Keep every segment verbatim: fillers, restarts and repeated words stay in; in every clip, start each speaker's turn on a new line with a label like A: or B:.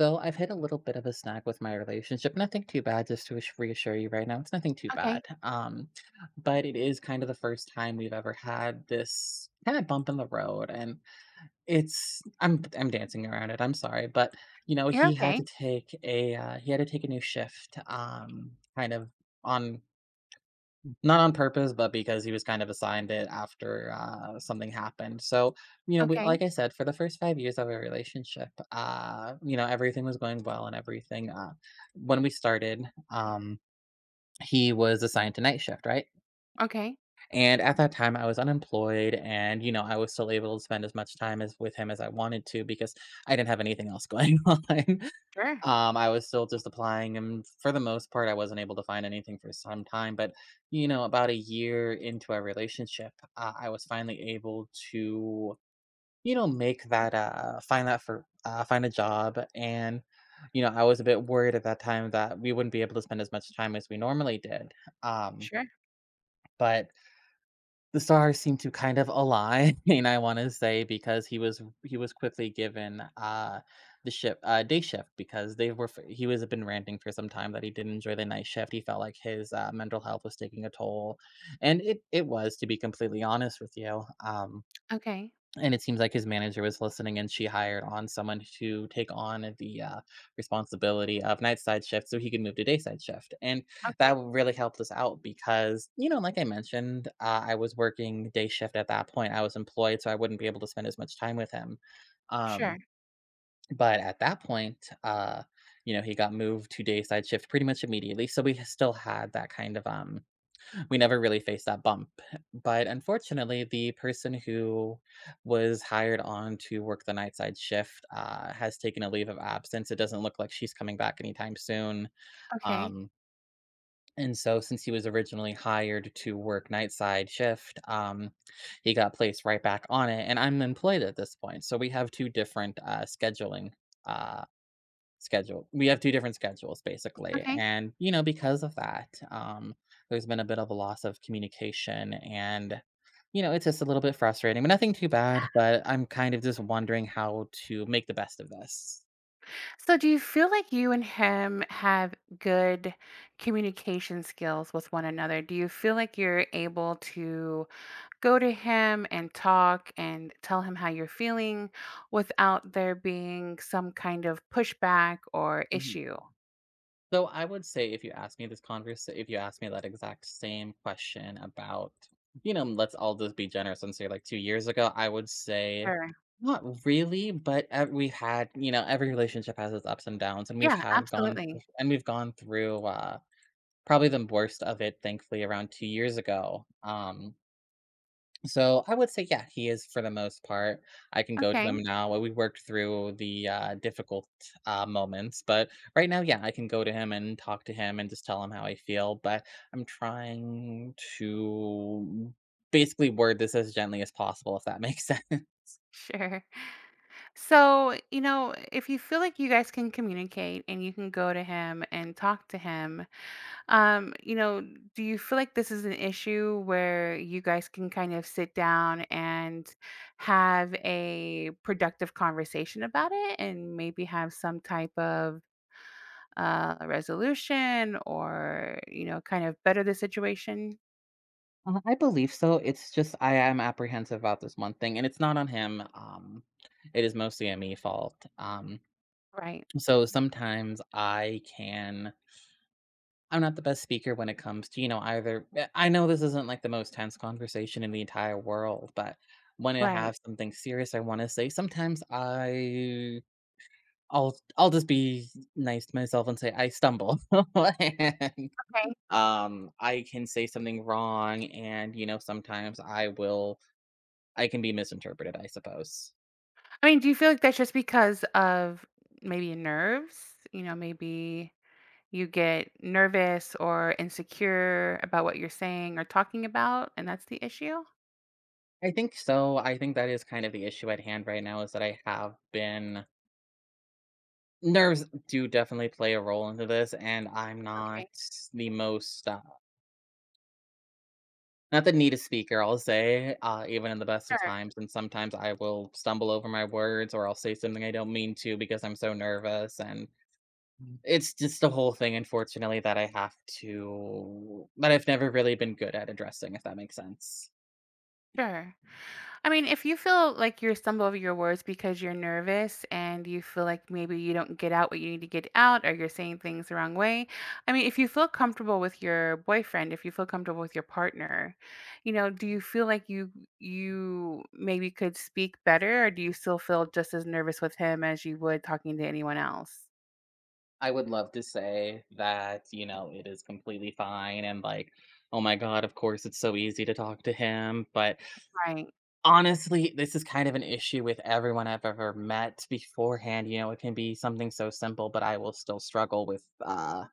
A: So I've hit a little bit of a snag with my relationship. Nothing too bad, just to ass- reassure you right now. It's nothing too
B: Okay.
A: bad. Um, but it is kind of the first time we've ever had this kind of bump in the road, and it's I'm I'm dancing around it. I'm sorry, but you know
B: You're
A: he had
B: okay.
A: to take a uh, he had to take a new shift. Um, kind of on, not on purpose, but because he was kind of assigned it after uh, something happened. So, you know, we,
B: Okay.
A: like I said, for the first five years of our relationship, uh, you know, everything was going well and everything. Uh, when we started, um, he was assigned to night shift, right?
B: Okay.
A: And at that time, I was unemployed, and you know, I was still able to spend as much time as with him as I wanted to because I didn't have anything else going on.
B: Sure.
A: Um, I was still just applying, and for the most part, I wasn't able to find anything for some time. But, you know, about a year into our relationship, uh, I was finally able to, you know, make that, uh, find that for, uh, find a job. And, you know, I was a bit worried at that time that we wouldn't be able to spend as much time as we normally did. Um,
B: Sure.
A: but the stars seem to kind of align, and I wanna say, because he was he was quickly given, uh, the ship uh, day shift because they were f he was been ranting for some time that he didn't enjoy the night shift, he felt like his, uh, mental health was taking a toll, and it it was, to be completely honest with you, um
B: Okay.
A: and it seems like his manager was listening, and she hired on someone to take on the uh, responsibility of night side shift so he could move to day side shift. And that
B: Okay.
A: really helped us out because, you know, like I mentioned, uh, I was working day shift at that point. I was employed, so I wouldn't be able to spend as much time with him.
B: Sure.
A: Um, but at that point, uh, you know, he got moved to day side shift pretty much immediately. So we still had that kind of um, we never really faced that bump. But unfortunately, the person who was hired on to work the night side shift uh, has taken a leave of absence. It doesn't look like she's coming back anytime soon.
B: Okay.
A: Um, and so, since he was originally hired to work night side shift, um, he got placed right back on it. And I'm employed at this point. So, we have two different uh, scheduling. Uh, schedule. We have two different schedules basically,
B: Okay.
A: and you know, because of that, um, there's been a bit of a loss of communication, and you know, it's just a little bit frustrating, but nothing too bad. But I'm kind of just wondering how to make the best of this.
B: So do you feel like you and him have good communication skills with one another? Do you feel like you're able to go to him and talk and tell him how you're feeling without there being some kind of pushback or
A: Mm-hmm.
B: issue?
A: So I would say if you ask me this conversa if you ask me that exact same question about, you know, let's all just be generous and say like two years ago, I would say
B: Sure.
A: not really, but ev we've had, you know, every relationship has its ups and downs, and we've
B: Yeah,
A: had gone thr
B: absolutely.
A: and we've gone through, uh, probably the worst of it, thankfully, around two years ago. Um, so I would say, yeah, he is for the most part. I can go to
B: Okay.
A: him now. We worked through the uh, difficult uh, moments, but right now, yeah, I can go to him and talk to him and just tell him how I feel. But I'm trying to basically word this as gently as possible, if that makes sense.
B: Sure. So, you know, if you feel like you guys can communicate and you can go to him and talk to him, um, you know, do you feel like this is an issue where you guys can kind of sit down and have a productive conversation about it and maybe have some type of uh, resolution or, you know, kind of better the situation?
A: Uh, I believe so. It's just I am apprehensive about this one thing, and it's not on him. Um, it is mostly a me fault. Um,
B: Right,
A: so sometimes I can I'm not the best speaker when it comes to, you know, either eh, I know this isn't like the most tense conversation in the entire world, but when I
B: right.
A: have something serious I want to say, sometimes I I'll I'll just be nice to myself and say I stumble. and,
B: Okay.
A: um I can say something wrong and you know sometimes I will I can be misinterpreted, I suppose.
B: I mean, do you feel like that's just because of maybe nerves? You know, maybe you get nervous or insecure about what you're saying or talking about, and that's the issue?
A: I think so. I think that is kind of the issue at hand right now is that I have been nerves do definitely play a role into this, and I'm not
B: Okay,
A: the most uh, not the neatest speaker. I'll say, uh, even in the best of
B: sure,
A: times, and sometimes I will stumble over my words, or I'll say something I don't mean to because I'm so nervous, and it's just the whole thing, unfortunately, that I have to that I've never really been good at addressing, if that makes sense.
B: sure. I mean, if you feel like you stumble over your words because you're nervous and you feel like maybe you don't get out what you need to get out or you're saying things the wrong way, I mean, if you feel comfortable with your boyfriend, if you feel comfortable with your partner, you know, do you feel like you you maybe could speak better or do you still feel just as nervous with him as you would talking to anyone else?
A: I would love to say that, you know, it is completely fine and like, oh my God, of course it's so easy to talk to him. But
B: Right.
A: honestly, this is kind of an issue with everyone I've ever met beforehand, you know, it can be something so simple, but I will still struggle with, uh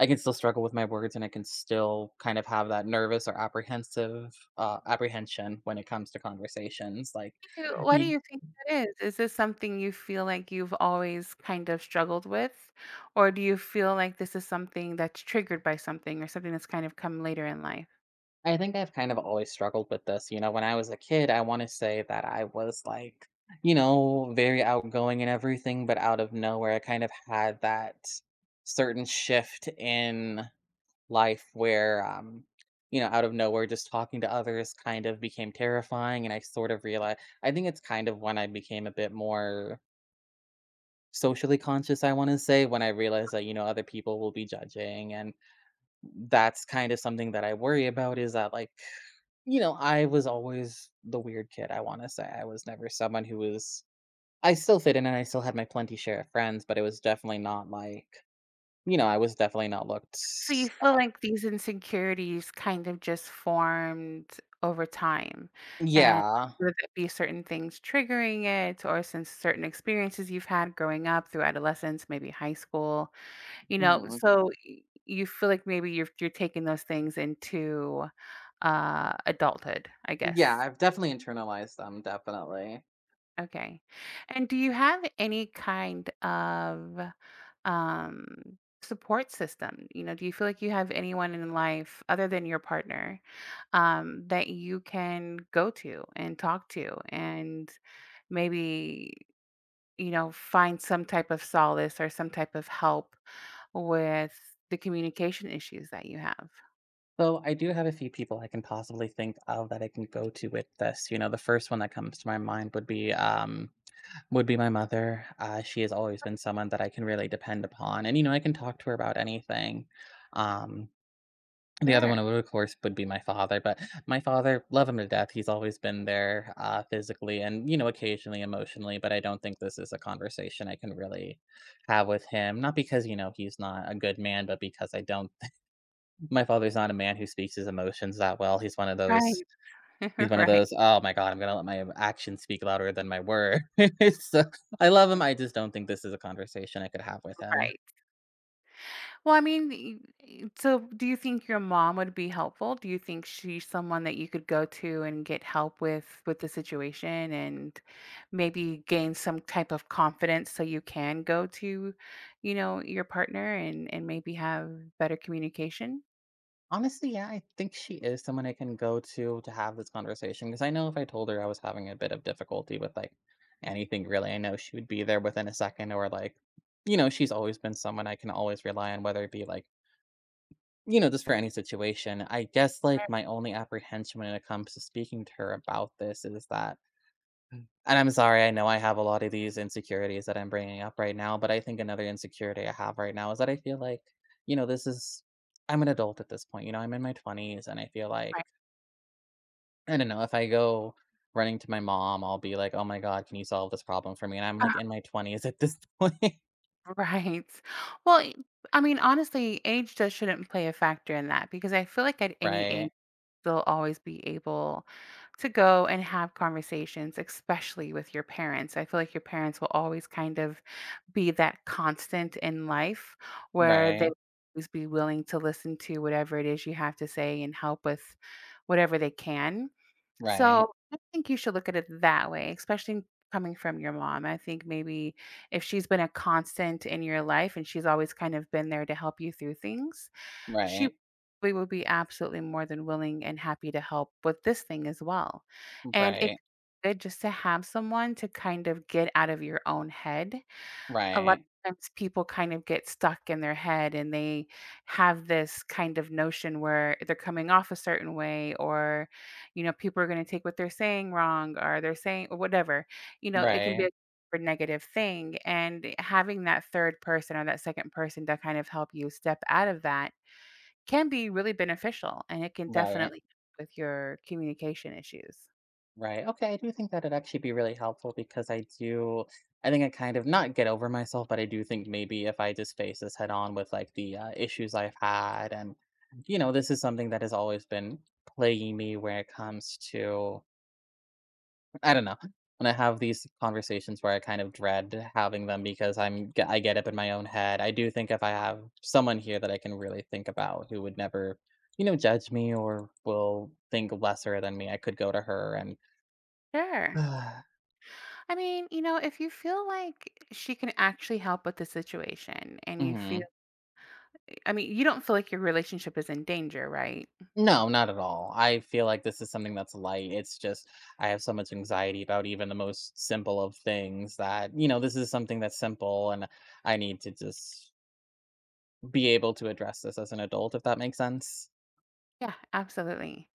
A: I can still struggle with my words and I can still kind of have that nervous or apprehensive, uh, apprehension when it comes to conversations, like,
B: do Why do
A: you
B: you think that is? Is this something you feel like you've always kind of struggled with? Or do you feel like this is something that's triggered by something or something that's kind of come later in life?
A: I think I've kind of always struggled with this, you know, when I was a kid, I wanna say that I was, like, you know, very outgoing and everything, but out of nowhere, I kind of had that certain shift in life where, um, you know, out of nowhere, just talking to others kind of became terrifying. And I sort of realized, I think it's kind of when I became a bit more socially conscious, I want to say, when I realized that, you know, other people will be judging. And that's kind of something that I worry about is that, like, you know, I was always the weird kid, I want to say. I was never someone who was, I still fit in and I still had my plenty share of friends, but it was definitely not like, you know, I was definitely not looked.
B: So you feel
A: uh,
B: like these insecurities kind of just formed over time and
A: yeah.
B: whether it be certain things triggering it or since certain experiences you've had growing up through adolescence, maybe high school. You know,
A: Mm-hmm.
B: so y you feel like maybe you're you're taking those things into, uh, adulthood, I
A: Yeah,
B: guess.
A: I've definitely internalized them, definitely.
B: Okay. And do you have any kind of, um, support system? You know, do you feel like you have anyone in life other than your partner, um, that you can go to and talk to and maybe, you know, find some type of solace or some type of help with the communication issues that you have?
A: So I do have a few people I can possibly think of that I can go to with this. You know, the first one that comes to my mind would be um would be my mother. Uh, she has always been someone that I can really depend upon, and you know, I can talk to her about anything. Um, The other
B: Sure.
A: one would, of course, would be my father, but my father, love him to death. He's always been there, uh, physically and, you know, occasionally emotionally, but I don't think this is a conversation I can really have with him. Not because, you know, he's not a good man, but because I don't my father's not a man who speaks his emotions that well. He's one of
B: Right.
A: those he's one of
B: Right,
A: those, "Oh my god, I'm gonna let my actions speak louder than my words." So, I love him, I just don't think this is a conversation I could have with him.
B: right. Well, I mean, y- y- so do you think your mom would be helpful? Do you think she's someone that you could go to and get help with with the situation and maybe gain some type of confidence so you can go to, you know, your partner and and maybe have better communication?
A: Honestly, yeah, I think she is someone I can go to to have this conversation because I know if I told her I was having a bit of difficulty with like anything really, I know she would be there within a second or like, you know, she's always been someone I can always rely on, whether it be like, you know, just for any situation. I guess like my only apprehension when it comes to speaking to her about this is that and I'm sorry, I know I have a lot of these insecurities that I'm bringing up right now, but I think another insecurity I have right now is that I feel like, you know, this is I'm an adult at this point. You know, I'm in my twenties and I feel like
B: Right.
A: I don't know, if I go running to my mom, I'll be like, "Oh my god, can you solve this problem for me?" And I'm like in my twenties at this point.
B: Right. Well, I mean, honestly, age just shouldn't play a factor in that because I feel like at any age
A: Right.
B: they'll always be able to go and have conversations, especially with your parents. I feel like your parents will always kind of be that constant in life where they
A: Right.
B: always be willing to listen to whatever it is you have to say and help with whatever they can.
A: Right.
B: So I think you should look at it that way, especially coming from your mom. I think maybe if she's been a constant in your life and she's always kind of been there to help you through things, she
A: Right.
B: we will be absolutely more than willing and happy to help with this thing as well. And it
A: Right.
B: good just to have someone to kind of get out of your own head.
A: Right.
B: A lot
A: Right.
B: of times people kind of get stuck in their head and they have this kind of notion where they're coming off a certain way or you know people are going to take what they're saying wrong or they're saying or whatever. You know, it can be a
A: Right.
B: super negative thing, and having that third person or that second person to kind of help you step out of that can be really beneficial, and it can
A: Right.
B: definitely help with your communication issues.
A: Right. Okay. I do think that it'd actually be really helpful because I do, I think I kind of not get over myself, but I do think maybe if I just face this head on with like the uh, issues I've had, and you know, this is something that has always been plaguing me when it comes to, I don't know, when I have these conversations where I kind of dread having them because I'm, g- I get up in my own head. I do think if I have someone here that I can really think about who would never, you know, judge me or will think lesser than me, I could go to her and,
B: Sure. I mean, you know, if you feel like she can actually help with the situation and you feel,
A: hmm.
B: I mean, you don't feel like your relationship is in danger, right?
A: No, not at all. I feel like this is something that's light. It's just I have so much anxiety about even the most simple of things that, you know, this is something that's simple and I need to just be able to address this as an adult, if that makes sense.
B: Yeah, absolutely.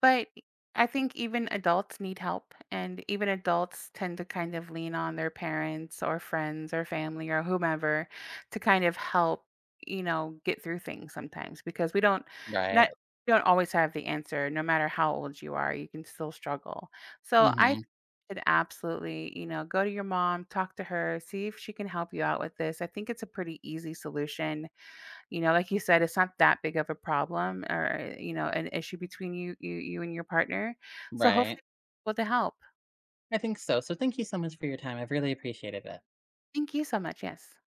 B: But I think even adults need help, and even adults tend to kind of lean on their parents or friends or family or whomever to kind of help, you know, get through things sometimes because we don't not
A: Right.
B: we don't always have the answer. No matter how old you are, you can still struggle. So I
A: Hmm.
B: should absolutely, you know, go to your mom, talk to her, see if she can help you out with this. I think it's a pretty easy solution. You know, like you said, it's not that big of a problem or, you know, an issue between you you you and your partner. So hopefully
A: Right.
B: we'll be able to help.
A: I think so. So thank you so much for your time. I've really appreciated it.
B: Thank you so much. Yes.